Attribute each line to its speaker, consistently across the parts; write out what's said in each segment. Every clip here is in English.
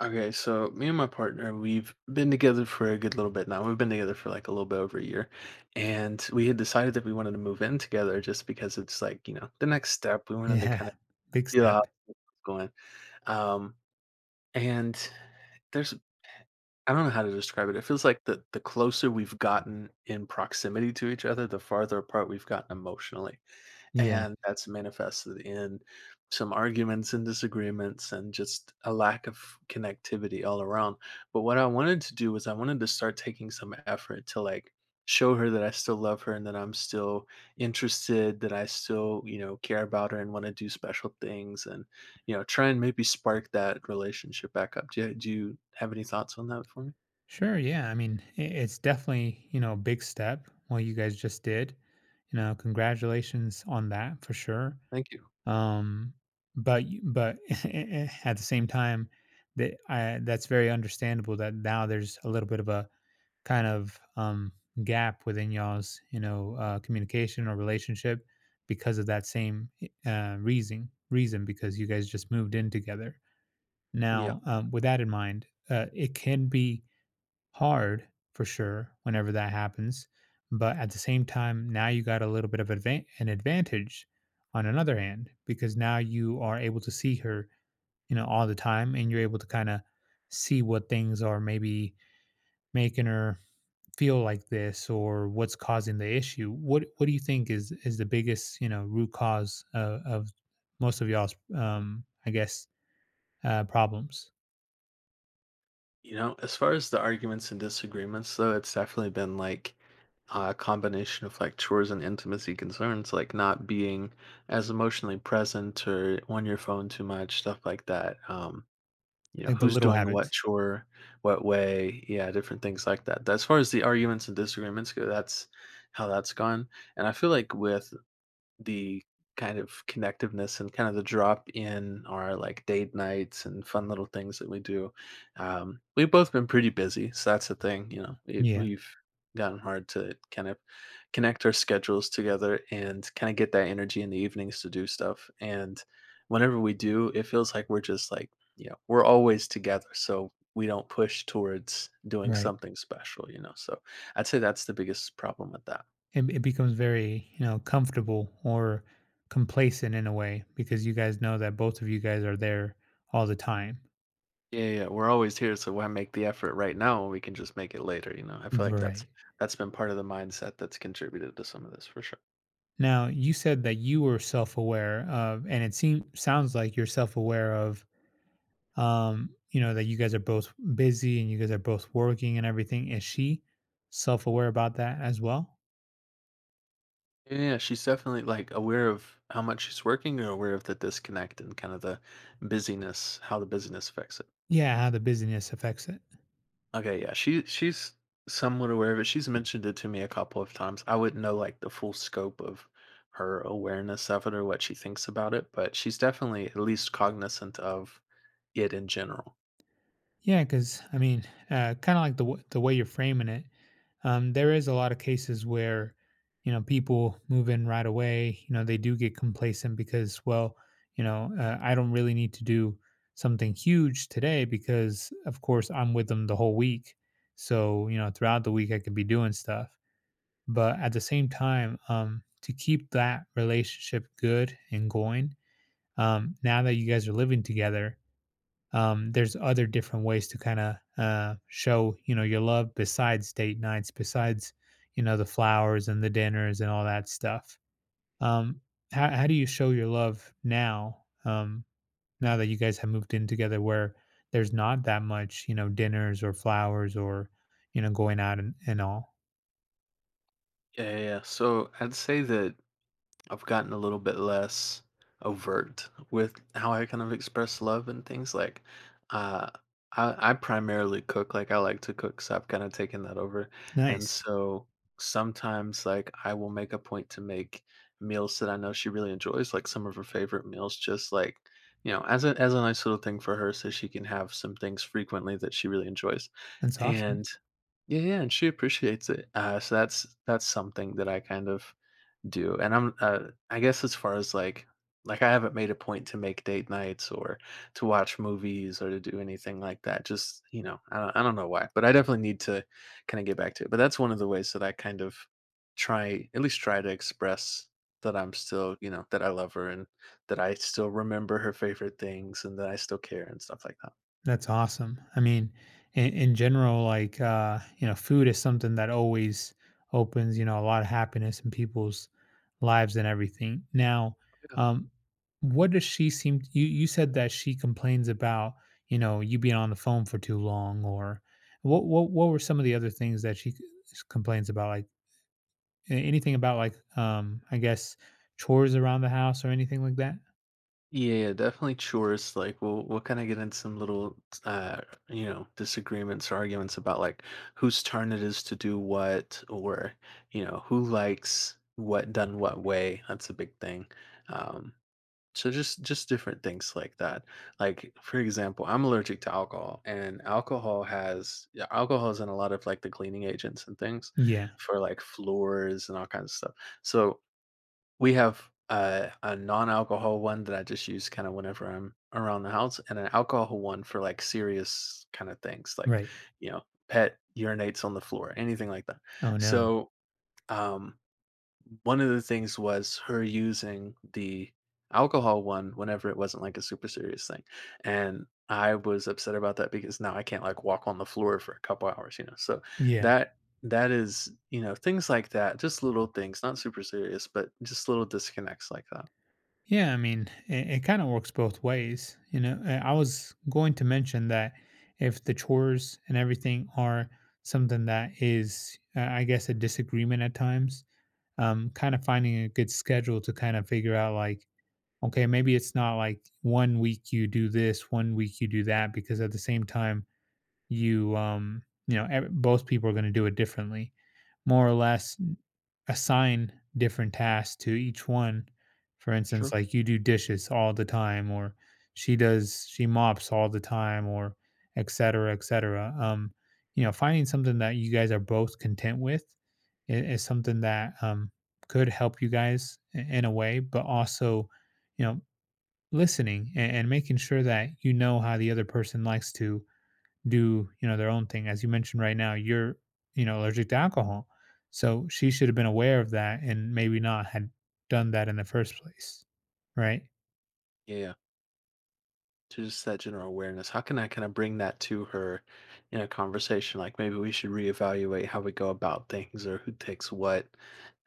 Speaker 1: Okay, so me and my partner, we've been together for a good little bit now. We've been together for like a little bit over a year. And we had decided that we wanted to move in together just because it's like, you know, the next step. We wanted to kind of
Speaker 2: Yeah, big
Speaker 1: feel
Speaker 2: step.
Speaker 1: out what's going. Um, and there's I don't know how to describe it. It feels like the closer we've gotten in proximity to each other, the farther apart we've gotten emotionally.
Speaker 2: Yeah.
Speaker 1: And that's manifested in some arguments and disagreements and just a lack of connectivity all around. But what I wanted to do was I wanted to start taking some effort to like show her that I still love her and that I'm still interested, that I still, you know, care about her and want to do special things and, you know, try and maybe spark that relationship back up. Do you have any thoughts on that for me?
Speaker 2: Sure, yeah, I mean, I it's definitely, a big step, what you guys just did. Congratulations on that for sure.
Speaker 1: Thank you.
Speaker 2: Um, but at the same time, that's very understandable that now there's a little bit of a kind of, gap within y'all's, communication or relationship because of that same, reason because you guys just moved in together.
Speaker 1: Yeah.
Speaker 2: Now, with that in mind, it can be hard for sure whenever that happens, but at the same time, now you got a little bit of an advantage on another hand because now you are able to see her, all the time, and you're able to kind of see what things are maybe making her feel like this or what's causing the issue. What do you think is the biggest, root cause of most of y'all's, I guess, problems
Speaker 1: You know, as far as the arguments and disagreements, though, it's definitely been like a combination of like chores and intimacy concerns, like not being as emotionally present or on your phone too much, stuff like that. You know,
Speaker 2: like the
Speaker 1: who's
Speaker 2: little
Speaker 1: doing what
Speaker 2: habits?
Speaker 1: chore, what way, yeah, different things like that. As far as the arguments and disagreements go, that's how that's gone. And I feel like with the kind of connectiveness and kind of the drop in our like date nights and fun little things that we do. We've both been pretty busy, so that's the thing. You know, it,
Speaker 2: Yeah,
Speaker 1: we've gotten hard to kind of connect our schedules together and kind of get that energy in the evenings to do stuff. And whenever we do, it feels like we're just like you know we're always together, so we don't push towards doing
Speaker 2: right.
Speaker 1: something special. You know, so I'd say that's the biggest problem with that.
Speaker 2: It becomes very, comfortable or complacent in a way because you guys know that both of you guys are there all the time.
Speaker 1: Yeah, yeah, we're always here, so why make the effort right now when we can just make it later, you know? I feel like that's
Speaker 2: Right.
Speaker 1: that's been part of the mindset that's contributed to some of this for sure.
Speaker 2: Now, you said that you were self-aware of, and it seems sounds like you're self-aware of that you guys are both busy and you guys are both working and everything. Is she self-aware about that as well?
Speaker 1: Yeah, yeah, she's definitely like aware of how much she's working or aware of the disconnect and kind of the busyness, how the busyness affects it.
Speaker 2: Yeah, how the busyness affects it.
Speaker 1: Okay, yeah, she's somewhat aware of it. She's mentioned it to me a couple of times. I wouldn't know like the full scope of her awareness of it or what she thinks about it, but she's definitely at least cognizant of it in general.
Speaker 2: Yeah, cuz I mean, kind of like the the way you're framing it, there is a lot of cases where people move in right away, they do get complacent because, well, I don't really need to do something huge today because, of course, I'm with them the whole week, so throughout the week I could be doing stuff. But at the same time, to keep that relationship good and going, now that you guys are living together, there's other different ways to kind of, show, your love, besides date nights, besides, the flowers and the dinners and all that stuff. um, how do you show your love now, now that you guys have moved in together, where there's not that much, dinners or flowers or going out, and all.
Speaker 1: Yeah, yeah, yeah. So I'd say that I've gotten a little bit less overt with how I kind of express love and things. Like, uh, I primarily cook. Like, I like to cook, so I've kind of taken that over. And
Speaker 2: Nice.
Speaker 1: so sometimes, like, I will make a point to make meals that I know she really enjoys, like some of her favorite meals, just like you know, as a nice little thing for her, so she can have some things frequently that she really enjoys.
Speaker 2: That's awesome.
Speaker 1: And yeah, yeah, and she appreciates it. So that's something that I kind of do, and I'm I guess as far as like I haven't made a point to make date nights or to watch movies or to do anything like that. Just you know, I don't know why, but I definitely need to kind of get back to it. But that's one of the ways that I kind of try at least try to express that I'm still you know that I love her and that I still remember her favorite things and that I still care and stuff like that.
Speaker 2: That's awesome. I mean, in general, like, food is something that always opens, a lot of happiness in people's lives and everything. Now, um, what does she seem you you said that she complains about, you being on the phone for too long, or what were some of the other things that she complains about, like anything about, like, I guess, chores around the house or anything like that?
Speaker 1: Yeah, yeah, definitely chores. Like, we'll kind of get into some little, uh, you know, disagreements or arguments about like whose turn it is to do what, or you know, who likes what done what way. That's a big thing. Um, so just different things like that. Like, for example, I'm allergic to alcohol, and alcohol has yeah, alcohol is in a lot of like the cleaning agents and things
Speaker 2: Yeah.
Speaker 1: for like floors and all kinds of stuff. So we have a non-alcohol one that I just use kind of whenever I'm around the house, and an alcohol one for like serious kind of things, like
Speaker 2: Right.
Speaker 1: you know, pet urinates on the floor, anything like that.
Speaker 2: Oh no.
Speaker 1: So um, one of the things was her using the alcohol one whenever it wasn't like a super serious thing. And I was upset about that because now I can't like walk on the floor for a couple hours, you know. So
Speaker 2: Yeah.
Speaker 1: that that is, you know, things like that, just little things, not super serious, but just little disconnects like that.
Speaker 2: Yeah, I mean, it kind of works both ways. I was going to mention that if the chores and everything are something that is, I guess, a disagreement at times, kind of finding a good schedule to kind of figure out like, okay, maybe it's not like one week you do this, one week you do that, because at the same time, you um both people are going to do it differently, more or less. Assign different tasks to each one. For
Speaker 1: Sure.
Speaker 2: instance, like you do dishes all the time, or she mops all the time, or et cetera, et cetera. Finding something that you guys are both content with is something that, could help you guys, in a way, but also, you know listening and making sure that you know how the other person likes to do their own thing. As you mentioned right now, you're, allergic to alcohol. So she should have been aware of that and maybe not had done that in the first place, right?
Speaker 1: Yeah. To just that general awareness, how can I kinda bring that to her in a conversation? Like, maybe we should reevaluate how we go about things or who takes what.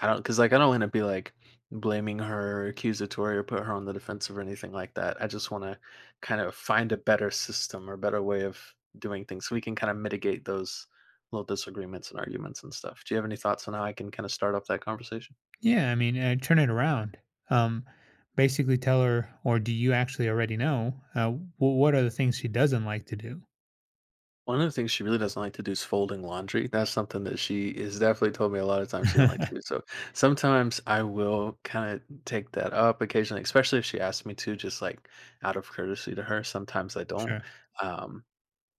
Speaker 1: I don't not cause like, I don't wanna be, like, blaming her or accusatory or put her on the defensive or anything like that. I just wanna kind of find a better system or better way of doing things so we can kinda mitigate those little disagreements and arguments and stuff. Do you have any thoughts on how I can kinda start off that conversation?
Speaker 2: Yeah, I mean, turn it around. Um, Basically tell her, or do you actually already know what are the things she doesn't like to do?
Speaker 1: One of the things she really doesn't like to do is folding laundry. That's something that she is definitely told me a lot of times she don't like to do. So sometimes I will kind of take that up occasionally, especially if she asks me to, just like out of courtesy to her. Sometimes I don't,
Speaker 2: Sure.
Speaker 1: um,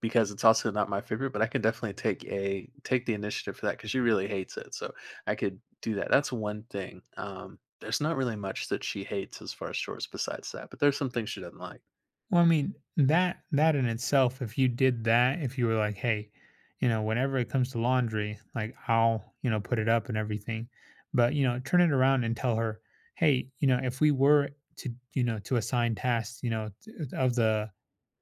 Speaker 1: because it's also not my favorite. But I can definitely take the initiative for that because she really hates it. So I could do that. That's one thing. There's not really much that she hates as far as chores besides that, but there's some things she doesn't like.
Speaker 2: Well, I mean, that in itself, if you did that, if you were like, hey, whenever it comes to laundry, like, I'll, put it up and everything. But, turn it around and tell her, hey, if we were to assign tasks, you know, t- of the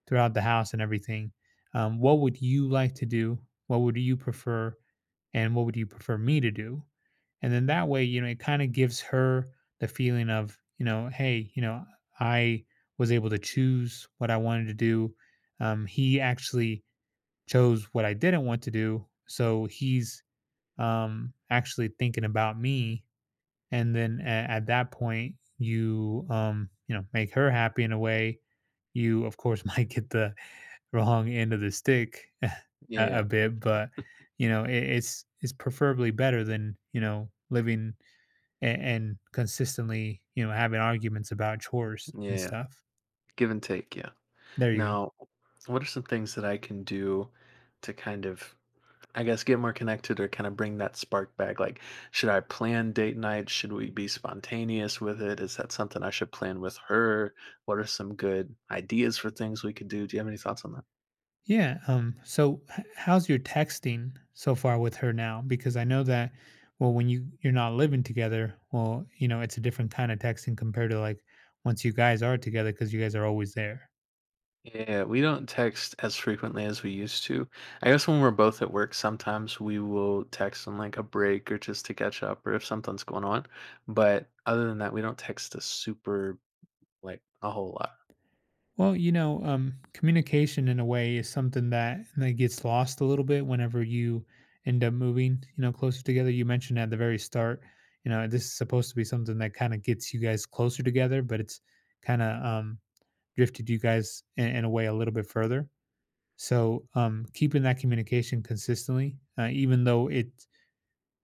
Speaker 2: throughout the house and everything, what would you like to do? What would you prefer? And what would you prefer me to do? And then that way, it kind of gives her the feeling of, hey, I was able to choose what I wanted to do. He actually chose what I didn't want to do. So he's, actually thinking about me. And then at that point, you, make her happy in a way. You, of course, might get the wrong end of the stick a
Speaker 1: Yeah,
Speaker 2: bit, but, it's preferably better than, living and consistently, having arguments about chores and
Speaker 1: yeah,
Speaker 2: stuff.
Speaker 1: give and take. Yeah.
Speaker 2: There you go.
Speaker 1: Now, what are some things that I can do to kind of, I guess, get more connected or kind of bring that spark back? Like, should I plan date night? Should we be spontaneous with it? Is that something I should plan with her? What are some good ideas for things we could do? Do you have any thoughts on that?
Speaker 2: Yeah. So, how's your texting so far with her now? Because I know that, well, when you're not living together, well, it's a different kind of texting compared to like once you guys are together, because you guys are always there.
Speaker 1: Yeah, we don't text as frequently as we used to. I guess when we're both at work, sometimes we will text on like a break or just to catch up or if something's going on. But other than that, we don't text a super like a whole lot.
Speaker 2: Well, communication in a way is something that gets lost a little bit whenever you end up moving, closer together. You mentioned at the very start, this is supposed to be something that kind of gets you guys closer together, but it's kind of, drifted you guys in a way a little bit further. So keeping that communication consistently, even though it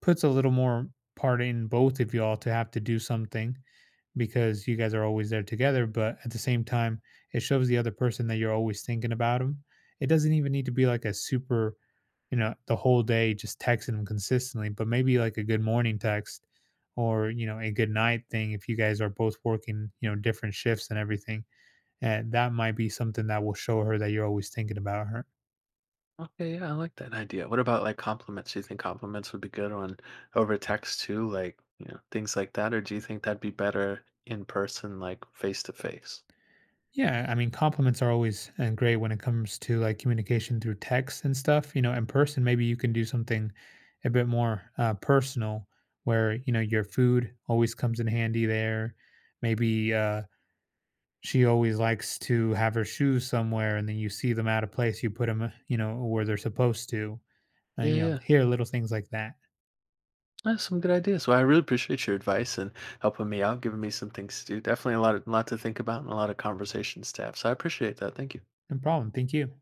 Speaker 2: puts a little more part in both of y'all to have to do something, because you guys are always there together. But at the same time, it shows the other person that you're always thinking about them. It doesn't even need to be like a super, the whole day just texting them consistently, but maybe like a good morning text or, a good night thing if you guys are both working, different shifts and everything. And that might be something that will show her that you're always thinking about her.
Speaker 1: Okay, yeah, I like that idea. What about like compliments? Do you think compliments would be good on over text too, like, you know, things like that? Or do you think that'd be better in person, like face to face?
Speaker 2: Yeah, I mean, compliments are always and great when it comes to like communication through text and stuff. In person, maybe you can do something a bit more, personal, where, your food always comes in handy there. Maybe, she always likes to have her shoes somewhere, and then you see them out of place, you put them, where they're supposed to, and,
Speaker 1: Yeah, yeah.
Speaker 2: hear little things like that.
Speaker 1: That's some good ideas. Well, I really appreciate your advice and helping me out, giving me some things to do. Definitely a lot, of, lot to think about and a lot of conversations to have. So I appreciate that. Thank you.
Speaker 2: No problem. Thank you.